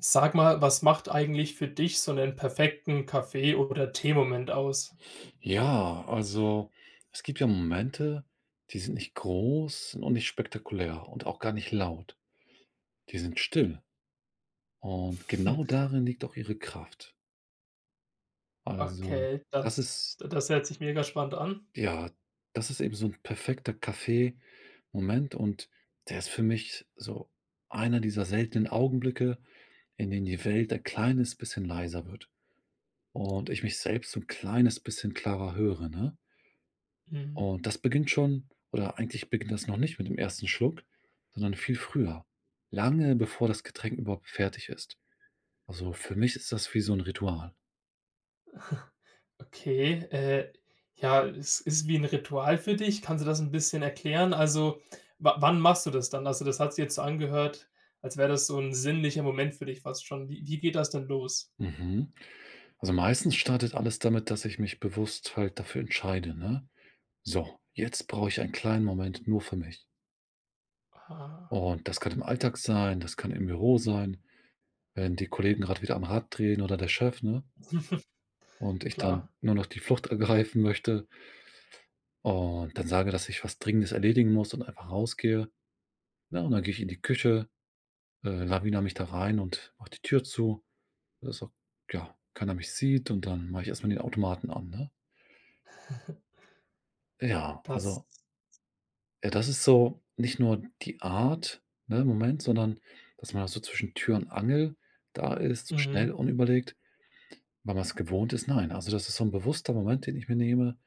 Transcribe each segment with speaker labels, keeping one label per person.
Speaker 1: Sag mal, was macht eigentlich für dich so einen perfekten Kaffee oder Teemoment aus?
Speaker 2: Ja, also es gibt ja Momente, die sind nicht groß und nicht spektakulär und auch gar nicht laut. Die sind still. Und
Speaker 1: Hm,
Speaker 2: genau darin liegt auch ihre Kraft. Also,
Speaker 1: okay,
Speaker 2: das
Speaker 1: das
Speaker 2: ist,
Speaker 1: das hört sich mega spannend an.
Speaker 2: ja, das ist eben so ein perfekter Kaffee-Moment und der ist für mich so einer dieser seltenen Augenblicke, in denen die Welt ein kleines bisschen leiser wird und ich mich selbst so 'n kleines bisschen klarer höre, ne?
Speaker 1: Mhm,
Speaker 2: Und das beginnt schon oder eigentlich beginnt das noch nicht mit dem ersten Schluck, sondern viel früher, lange bevor das Getränk überhaupt fertig ist. Also, für mich ist das wie so ein Ritual.
Speaker 1: okay, ja, es ist wie ein Ritual für dich. Kannst du das ein bisschen erklären? Also, wa wann machst du das dann? Also, das hat sich jetzt so angehört, als wäre das so ein sinnlicher Moment für dich fast schon. Wie geht das denn los?
Speaker 2: Mhm. Also, meistens startet alles damit, dass ich mich bewusst halt dafür entscheide, ne: „So, jetzt brauche ich einen kleinen Moment nur für mich.“
Speaker 1: Ah,
Speaker 2: Und das kann im Alltag sein, das kann im Büro sein, wenn die Kollegen gerade wieder am Rad drehen oder der Chef, ne, und ich dann
Speaker 1: klar,
Speaker 2: nur noch die Flucht ergreifen möchte und dann sage, dass ich was Dringendes erledigen muss und einfach rausgehe. Ne, und dann gehe ich in die Küche, lawinere mich da rein und mache die Tür zu, dass auch, ja, keiner mich sieht und dann mache ich erstmal den Automaten an, ne? Ja,
Speaker 1: das
Speaker 2: also, ja, das ist so nicht nur die Art, ne, im Moment, sondern dass man auch so zwischen Tür und Angel da ist,
Speaker 1: mhm,
Speaker 2: schnell, unüberlegt, weil man es gewohnt ist. Nein, also, das ist so ein bewusster Moment, den ich mir nehme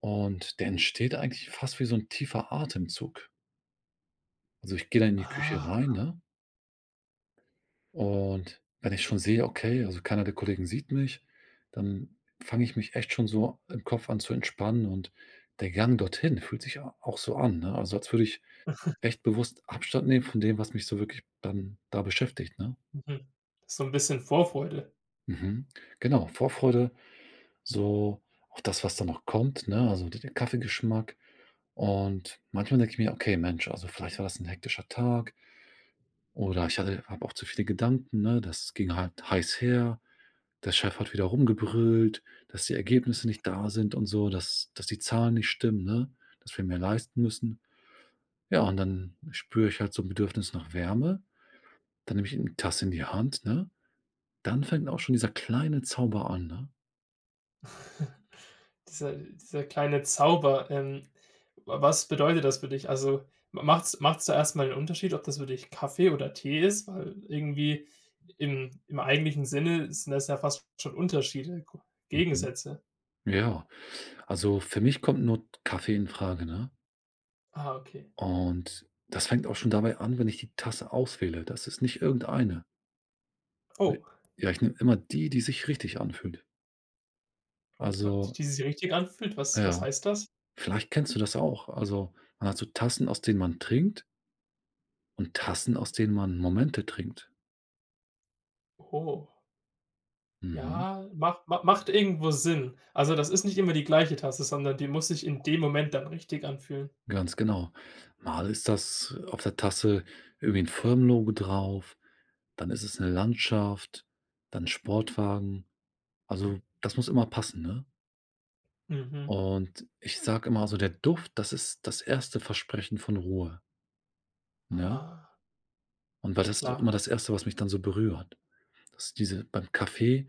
Speaker 2: und der entsteht eigentlich fast wie so ein tiefer Atemzug. Also, ich gehe dann in die Küche
Speaker 1: ah,
Speaker 2: rein, ne? Und wenn ich schon sehe, okay, also keiner der Kollegen sieht mich, dann fange ich mich echt schon so im Kopf an zu entspannen und der Gang dorthin fühlt sich a auch so an, ne? Also, als würde ich echt bewusst Abstand nehmen von dem, was mich so wirklich dann da beschäftigt, ne?
Speaker 1: mhm. So ein bisschen Vorfreude.
Speaker 2: Mhm. Genau, Vorfreude, so auf das, was da noch kommt, ne? Also, d der Kaffeegeschmack und manchmal denke ich mir: „Okay, Mensch, also vielleicht war das ein hektischer Tag.“ Oder ich hatte habe auch zu viele Gedanken, ne? Das ging halt heiß her. Der Chef hat wieder rumgebrüllt, dass die Ergebnisse nicht da sind und so, dass die Zahlen nicht stimmen, ne? Dass wir mehr leisten müssen. Ja, und dann spüre ich halt so ein Bedürfnis nach Wärme. Dann nehme ich eine Tasse in die Hand, ne? Dann fängt auch schon dieser kleine Zauber an, ne?
Speaker 1: Dieser kleine Zauber, was bedeutet das für dich? Also, ma macht's macht's da erst mal Unterschied, ob das für dich Kaffee oder Tee ist? Weil irgendwie im eigentlichen Sinne sind das ja fast schon Unterschiede, G
Speaker 2: Mhm.
Speaker 1: Gegensätze.
Speaker 2: Ja, also für mich kommt nur Kaffee in Frage, ne?
Speaker 1: Ah, okay.
Speaker 2: Und das fängt auch schon dabei an, wenn ich die Tasse auswähle. Das ist nicht irgendeine. Also,
Speaker 1: Oh,
Speaker 2: ja, ich nehme immer die, die sich richtig anfühlt.
Speaker 1: oh, wa die
Speaker 2: Also,
Speaker 1: die sich richtig anfühlt, was
Speaker 2: ja,
Speaker 1: was heißt das?
Speaker 2: vielleicht kennst du das auch. Also, man hat so Tassen, aus denen man trinkt und Tassen, aus denen man Momente trinkt.
Speaker 1: Oh,
Speaker 2: Mhm,
Speaker 1: ja, macht irgendwo Sinn. Also, das ist nicht immer die gleiche Tasse, sondern die muss sich in dem Moment dann richtig anfühlen.
Speaker 2: ganz genau. Mal ist das auf der Tasse irgendwie ein Firmenlogo drauf, dann ist es eine Landschaft, dann 'n Sportwagen. Also, das muss immer passen, ne?
Speaker 1: Mhm.
Speaker 2: Und ich sage immer, also, der Duft, das ist das erste Versprechen von Ruhe, ne?
Speaker 1: Ah,
Speaker 2: Und weil das ist auch immer
Speaker 1: klar.
Speaker 2: das Erste, was mich dann so berührt. Das ist diese beim Kaffee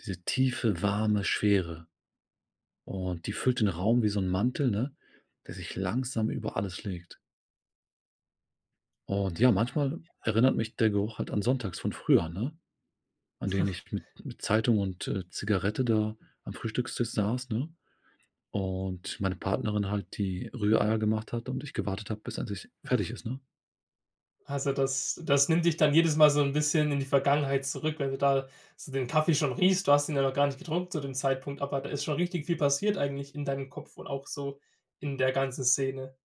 Speaker 2: diese tiefe, warme Schwere und die füllt den Raum wie so 'n Mantel, ne, der sich langsam über alles legt. Und ja, manchmal erinnert mich der Geruch halt an sonntags von früher, ne, an denen ich mit Zeitung und, Zigarette da am Frühstückstisch saß, ne, und meine Partnerin halt die Rühreier gemacht hat und ich gewartet habe, bis endlich fertig ist, ne?
Speaker 1: Also, das nimmt dich dann jedes Mal so ein bisschen in die Vergangenheit zurück, wenn du da so den Kaffee schon riechst. Du hast ihn ja noch gar nicht getrunken zu dem Zeitpunkt, aber da ist schon richtig viel passiert eigentlich in deinem Kopf und auch so in der ganzen Szene.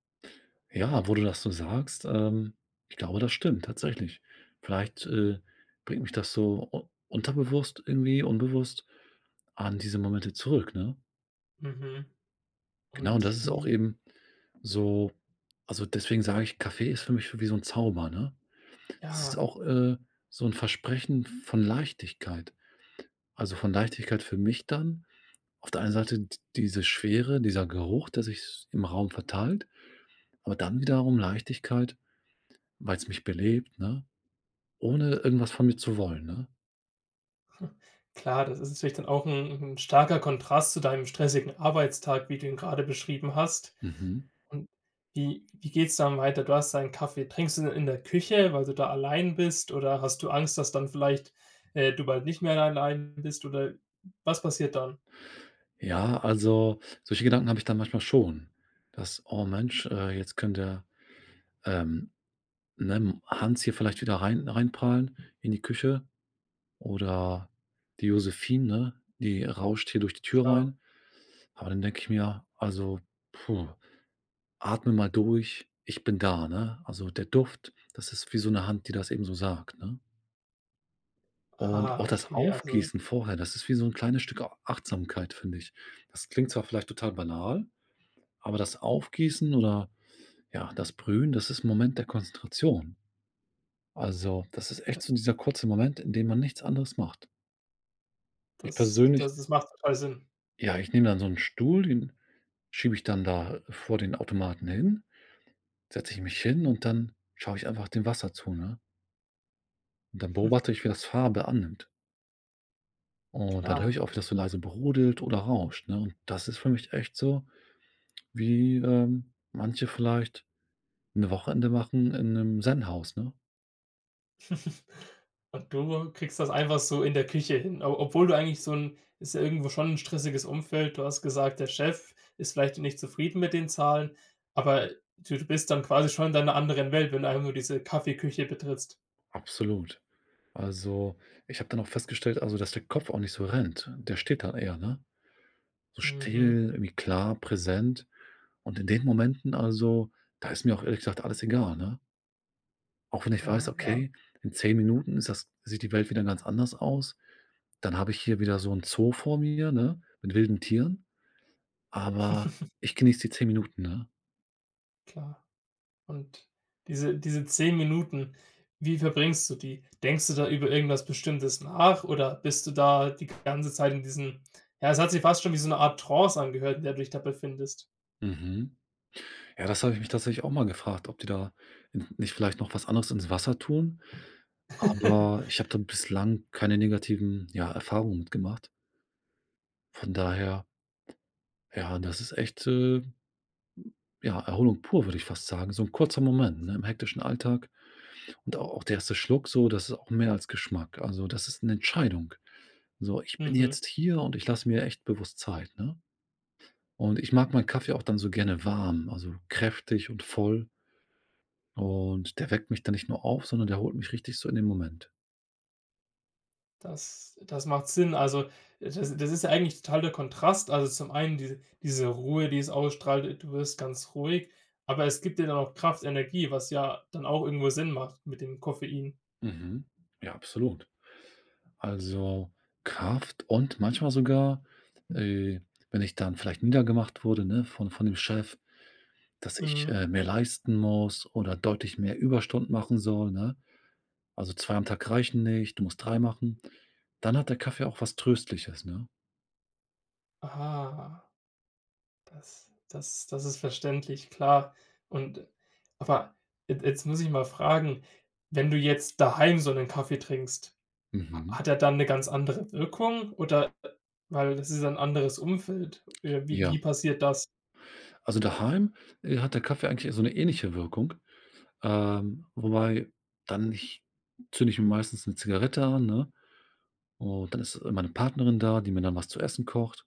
Speaker 2: Ja, wo du das so sagst, ich glaube, das stimmt tatsächlich. Vielleicht bringt mich das so u unterbewusst irgendwie, unbewusst an diese Momente zurück, ne?
Speaker 1: Mhm.
Speaker 2: Genau, und
Speaker 1: Und
Speaker 2: das ist auch
Speaker 1: wie
Speaker 2: eben so also, deswegen sage ich, Kaffee ist für mich wie so ein Zauber, ne? Das ist
Speaker 1: Ja,
Speaker 2: auch so ein Versprechen von Leichtigkeit. Also, von Leichtigkeit für mich dann. Auf der einen Seite d diese Schwere, dieser Geruch, der sich im Raum verteilt, aber dann wiederum Leichtigkeit, weil es mich belebt, ne? Ohne irgendwas von mir zu wollen, ne?
Speaker 1: klar, das ist natürlich dann auch ein 'n starker Kontrast zu deinem stressigen Arbeitstag, wie du ihn gerade beschrieben hast.
Speaker 2: Mhm.
Speaker 1: Und wie geht's dann weiter? Du hast deinen Kaffee. Trinkst du den in der Küche, weil du da allein bist oder hast du Angst, dass dann vielleicht, du bald nicht mehr allein bist oder was passiert dann?
Speaker 2: Ja, also, solche Gedanken habe ich dann manchmal schon, dass: „Oh Mensch, jetzt könnte, ähm, ne, Hans hier vielleicht wieder reinprahlen in die Küche oder die Josephine, ne, die rauscht hier durch die Tür
Speaker 1: Klar.
Speaker 2: rein.“ Aber dann denke ich mir: „Also, puh, atme mal durch, ich bin da“, ne? Also, der Duft, das ist wie so eine Hand, die das eben so sagt, ne? Und
Speaker 1: Ah,
Speaker 2: auch das
Speaker 1: okay, also
Speaker 2: Aufgießen vorher, das ist wie so ein kleines Stück A Achtsamkeit, finde ich. Das klingt zwar vielleicht total banal, aber das Aufgießen oder, ja, das Brühen, das ist 'n Moment der Konzentration. Also, das ist
Speaker 1: da
Speaker 2: echt so dieser kurze Moment, in dem man nichts anderes macht. Ich
Speaker 1: das
Speaker 2: persönlich
Speaker 1: das das macht total Sinn.
Speaker 2: ja, ich nehme dann so einen Stuhl, den schiebe ich dann da vor den Automaten hin, setze ich mich hin und dann schaue ich einfach dem Wasser zu, ne? Und dann beobachte ich, wie das Farbe annimmt. Und dann höre ich
Speaker 1: Klar.
Speaker 2: auch, wie das so leise brodelt oder rauscht, ne? Und das ist für mich echt so wie, manche vielleicht 'n Wochenende machen in einem Zen-Haus, ne?
Speaker 1: Und du kriegst das einfach so in der Küche hin, o obwohl du eigentlich so 'n ist ja irgendwo schon 'n stressiges Umfeld. Du hast gesagt, der Chef ist vielleicht nicht zufrieden mit den Zahlen, aber du bist dann quasi schon in deiner anderen Welt, wenn du einfach nur diese Kaffeeküche betrittst.
Speaker 2: Absolut. Also, ich habe dann auch festgestellt, also, dass der Kopf auch nicht so rennt. Der steht dann eher, ne? So
Speaker 1: Mhm.
Speaker 2: still, irgendwie klar, präsent. Und in den Momenten, also, da ist mir auch ehrlich gesagt alles egal, ne? Auch wenn ich weiß,
Speaker 1: Ah, ja,
Speaker 2: okay, in 10 Minuten ist das sieht die Welt wieder ganz anders aus. Dann habe ich hier wieder so ein Zoo vor mir, ne, mit wilden Tieren, aber ich genieße die 10 Minuten, ne?
Speaker 1: klar. Und diese 10 Minuten, wie verbringst du die? Denkst du da über irgendwas Bestimmtes nach oder bist du da die ganze Zeit in diesem ja, es hat sich fast schon wie so 'ne Art Trance angehört, in der du dich da befindest?
Speaker 2: Mhm. Ja, das habe ich mich tatsächlich auch mal gefragt, ob die da n nicht vielleicht noch was anderes ins Wasser tun, aber ich habe da bislang keine negativen, ja, Erfahrungen mitgemacht. Von daher, ja, das ist echt ja, Erholung pur, würde ich fast sagen. So ein kurzer Moment, ne, im hektischen Alltag und au auch der erste Schluck so, das ist auch mehr als Geschmack. Also, das ist eine Entscheidung. So, ich bin
Speaker 1: Mhm.
Speaker 2: jetzt hier und ich lasse mir echt bewusst Zeit, ne? Und ich mag meinen Kaffee auch dann so gerne warm, also kräftig und voll. Und der weckt mich dann nicht nur auf, sondern der holt mich richtig so in den Moment.
Speaker 1: Das macht Sinn. Also, das ist ja eigentlich total der Kontrast. Also, zum einen diese Ruhe, die es ausstrahlt, du wirst ganz ruhig, aber es gibt dir dann auch Kraft, Energie, was ja dann auch irgendwo Sinn macht mit dem Koffein.
Speaker 2: Mhm. Ja, absolut. Also, Kraft und manchmal sogar, äh, wenn ich dann vielleicht niedergemacht wurde, ne, von dem Chef, dass ich
Speaker 1: Mhm.
Speaker 2: mehr leisten muss oder deutlich mehr Überstunden machen soll, ne? Also, 2 am Tag reichen nicht, du musst 3 machen. Dann hat der Kaffee auch was Tröstliches, ne?
Speaker 1: Ah, das ist verständlich, klar. Und aber j jetzt muss ich mal fragen, wenn du jetzt daheim so einen Kaffee trinkst. Ha
Speaker 2: Mhm.
Speaker 1: hat er dann eine ganz andere Wirkung oder weil das ist ein anderes Umfeld? Äh, wie
Speaker 2: Ja,
Speaker 1: wie passiert das?
Speaker 2: also daheim hat der Kaffee eigentlich so eine ähnliche Wirkung. Wobei dann ich zünde ich mir meistens eine Zigarette an, ne? Und dann ist meine Partnerin da, die mir dann was zu essen kocht.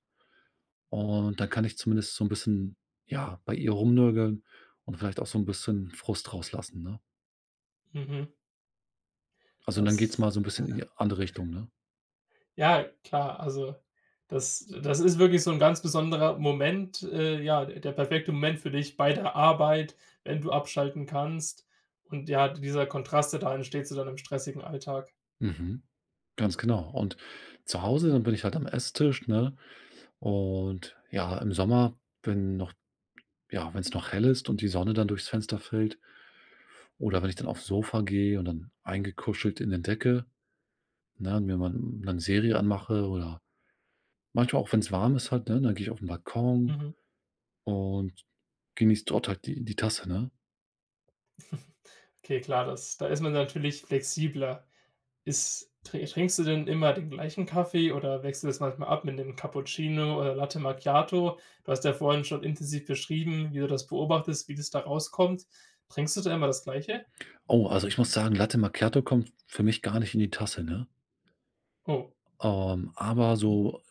Speaker 2: Und dann kann ich zumindest so ein bisschen, ja, bei ihr rumnörgeln und vielleicht auch so ein bisschen Frust rauslassen, ne?
Speaker 1: Mhm,
Speaker 2: Also, dann geht's
Speaker 1: das
Speaker 2: mal so ein bisschen in die andere Richtung, ne?
Speaker 1: ja, klar, also das ist wirklich so ein ganz besonderer Moment, ja, der perfekte Moment für dich bei der Arbeit, wenn du abschalten kannst und ja, dieser Kontrast, der da entsteht zu deinem stressigen Alltag.
Speaker 2: Mhm. Ganz genau. Und zu Hause, dann bin ich halt am Esstisch, ne? Und ja, im Sommer, wenn noch ja, wenn es noch hell ist und die Sonne dann durchs Fenster fällt, oder wenn ich dann aufs Sofa gehe und dann eingekuschelt in der Decke, ne, und mir mal 'ne Serie anmache oder manchmal auch, wenn's warm ist halt, ne, dann gehe ich auf 'n Balkon
Speaker 1: Mhm.
Speaker 2: und genieße dort halt die die Tasse, ne?
Speaker 1: Okay, klar, das da ist man natürlich flexibler. Ist tr trinkst du denn immer den gleichen Kaffee oder wechselst du es manchmal ab mit 'nem Cappuccino oder Latte Macchiato? Du hast ja vorhin schon intensiv beschrieben, wie du das beobachtest, wie das da rauskommt. Trinkst du da immer das Gleiche?
Speaker 2: Oh, also, ich muss sagen, Latte Macchiato kommt für mich gar nicht in die Tasse, ne?
Speaker 1: Oh,
Speaker 2: Aber so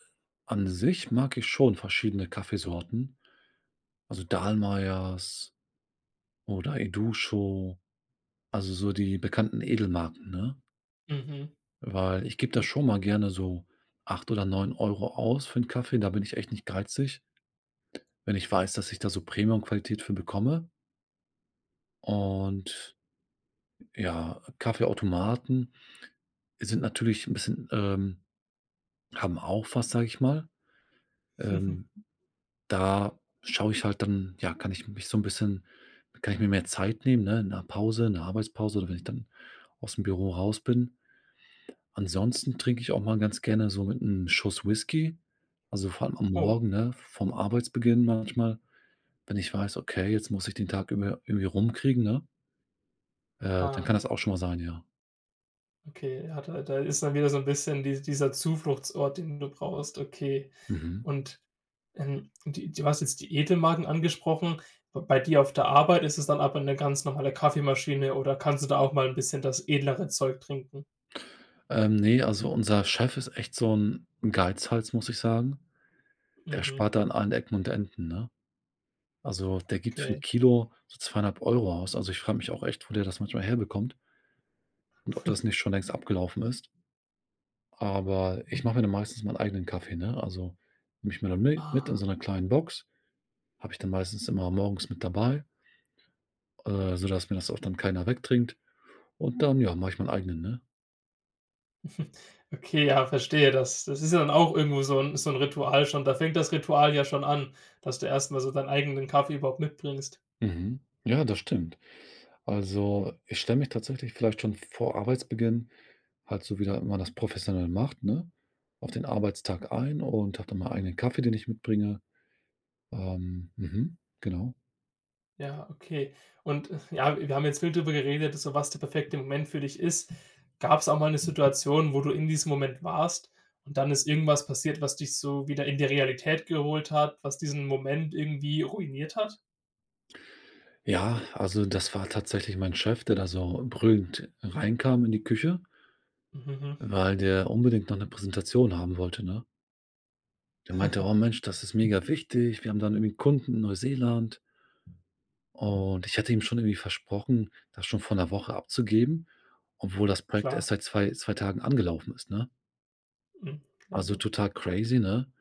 Speaker 2: an sich mag ich schon verschiedene Kaffeesorten, also, Dahlmeiers oder Educho, also, so die bekannten Edelmarken, ne?
Speaker 1: mhm.
Speaker 2: Weil ich gebe da schon mal gerne so 8 oder 9 Euro aus für 'n Kaffee, da bin ich echt nicht geizig, wenn ich weiß, dass ich da so Premiumqualität für bekomme. Und ja, Kaffeeautomaten sind natürlich 'n bisschen, haben auch was, sage ich mal. Ähm, da schaue ich halt dann ja, kann ich mich so 'n bisschen kann ich mir mehr Zeit nehmen, ne, in 'ner Pause, in 'ner Arbeitspause oder wenn ich dann aus'm Büro raus bin. Ansonsten trinke ich auch mal ganz gerne so mit 'nem Schuss Whisky, also vor allem am
Speaker 1: Oh,
Speaker 2: Morgen, ne, vorm Arbeitsbeginn manchmal, wenn ich weiß: „Okay, jetzt muss ich den Tag über irgendwie rumkriegen“, ne? Dann kann
Speaker 1: ah,
Speaker 2: das auch schon mal sein, ja.
Speaker 1: okay. Ja, da ist dann wieder so ein bisschen dieser Zufluchtsort, den du brauchst, okay.
Speaker 2: Mhm.
Speaker 1: Und, du hast jetzt die Edelmarken angesprochen. B bei dir auf der Arbeit ist es dann aber eine ganz normale Kaffeemaschine oder kannst du da auch mal ein bisschen das edlere Zeug trinken?
Speaker 2: Ne, also unser Chef ist echt so 'n Geizhals, muss ich sagen. Der
Speaker 1: Mhm,
Speaker 2: spart da an allen Ecken und Enden, ne? Also, der gibt für 'n
Speaker 1: okay.
Speaker 2: Kilo so 2,50 Euro aus. Also, ich frage mich auch echt, wo der das manchmal herbekommt und ob das nicht schon längst abgelaufen ist. Aber ich mache mir dann meistens meinen eigenen Kaffee, ne? Also, nehme ich mir dann mit in
Speaker 1: Ah,
Speaker 2: so einer kleinen Box, habe ich dann meistens immer morgens mit dabei, sodass mir das auch dann keiner wegtrinkt. Und dann, ja, mache ich meinen eigenen, ne?
Speaker 1: okay, ja, verstehe. Das ist ja dann auch irgendwo so 'n Ritual schon. Da fängt das Ritual ja schon an, dass du erstmal so deinen eigenen Kaffee überhaupt mitbringst.
Speaker 2: Mhm. Ja, das stimmt. Also, ich stelle mich tatsächlich vielleicht schon vor Arbeitsbeginn halt so, wie da man das professionell macht, ne, auf den Arbeitstag ein und habe dann meinen eigenen Kaffee, den ich mitbringe. Mhm, genau.
Speaker 1: Ja, okay. Und, ja, wir haben jetzt viel drüber geredet, so was der perfekte Moment für dich ist. Gab es auch mal eine Situation, wo du in diesem Moment warst und dann ist irgendwas passiert, was dich so wieder in die Realität geholt hat, was diesen Moment irgendwie ruiniert hat?
Speaker 2: Ja, also, das war tatsächlich mein Chef, der da so brüllend reinkam in die Küche.
Speaker 1: Mhm, mhm,
Speaker 2: Weil der unbedingt noch eine Präsentation haben wollte, ne? Der meinte: „Oh Mensch, das ist mega wichtig. Wir haben dann irgendwie 'n Kunden in Neuseeland.“ Und ich hatte ihm schon irgendwie versprochen, das schon vor einer Woche abzugeben, obwohl das Projekt
Speaker 1: klar.
Speaker 2: erst seit zwei Tagen angelaufen ist, ne?
Speaker 1: Mhm, ja,
Speaker 2: Also,
Speaker 1: gut.
Speaker 2: total crazy, ne?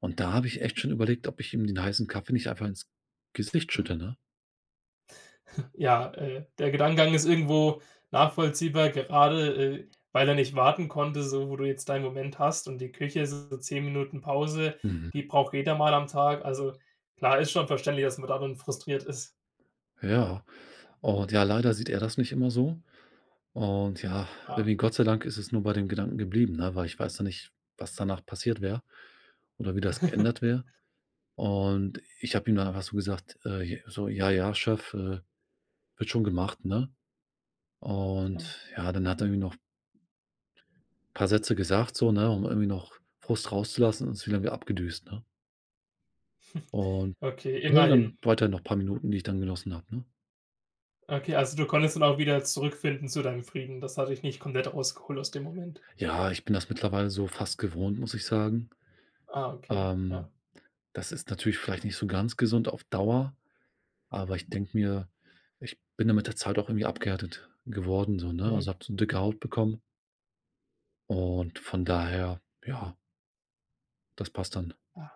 Speaker 2: Und da habe ich echt schon überlegt, ob ich ihm den heißen Kaffee nicht einfach ins Gesicht schütte, ne?
Speaker 1: Ja, der Gedankengang ist irgendwo nachvollziehbar, gerade, weil er nicht warten konnte, so wo du jetzt deinen Moment hast und die Küche ist so 10 Minuten Pause,
Speaker 2: Mhm.
Speaker 1: die braucht jeder mal am Tag. Also, klar, ist schon verständlich, dass man da dann frustriert ist.
Speaker 2: Ja. Und ja, leider sieht er das nicht immer so. Und ja,
Speaker 1: Klar.
Speaker 2: irgendwie Gott sei Dank ist es nur bei dem Gedanken geblieben, ne, weil ich weiß ja nicht, was danach passiert wäre oder wie das geändert wäre. Und ich habe ihm dann einfach so gesagt, so, ja, ja, Chef wird schon gemacht, ne? Und
Speaker 1: Ja.
Speaker 2: ja, dann hat er irgendwie noch ein paar Sätze gesagt, so, ne, um irgendwie noch Frust rauszulassen und ist wieder abgedüst, ne? Und
Speaker 1: Okay,
Speaker 2: ja,
Speaker 1: immerhin.
Speaker 2: dann weiter noch ein paar Minuten, die ich dann genossen habe, ne?
Speaker 1: Okay, also du konntest dann auch wieder zurückfinden zu deinem Frieden. Das hatte ich nicht komplett rausgeholt aus dem Moment.
Speaker 2: Ja, ich bin das mittlerweile so fast gewohnt, muss ich sagen.
Speaker 1: Ah, okay,
Speaker 2: Ähm,
Speaker 1: ja.
Speaker 2: das ist natürlich vielleicht nicht so ganz gesund auf Dauer, aber ich denke mir, ich bin da mit der Zeit auch irgendwie abgehärtet geworden so, ne?
Speaker 1: Mhm.
Speaker 2: Also, habe so dicke Haut bekommen und von daher, ja, das passt dann.
Speaker 1: Ah,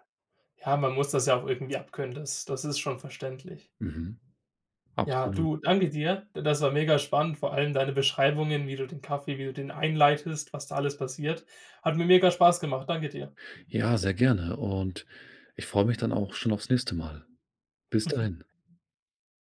Speaker 1: ja, man muss das ja auch irgendwie abkönnen. Das ist schon verständlich.
Speaker 2: Mhm,
Speaker 1: Ja,
Speaker 2: absolut.
Speaker 1: du, danke dir. Das war mega spannend, vor allem deine Beschreibungen, wie du den einleitest, was da alles passiert. Hat mir mega Spaß gemacht. Danke dir.
Speaker 2: Ja, sehr gerne und ich freue mich dann auch schon aufs nächste Mal. Bis dahin.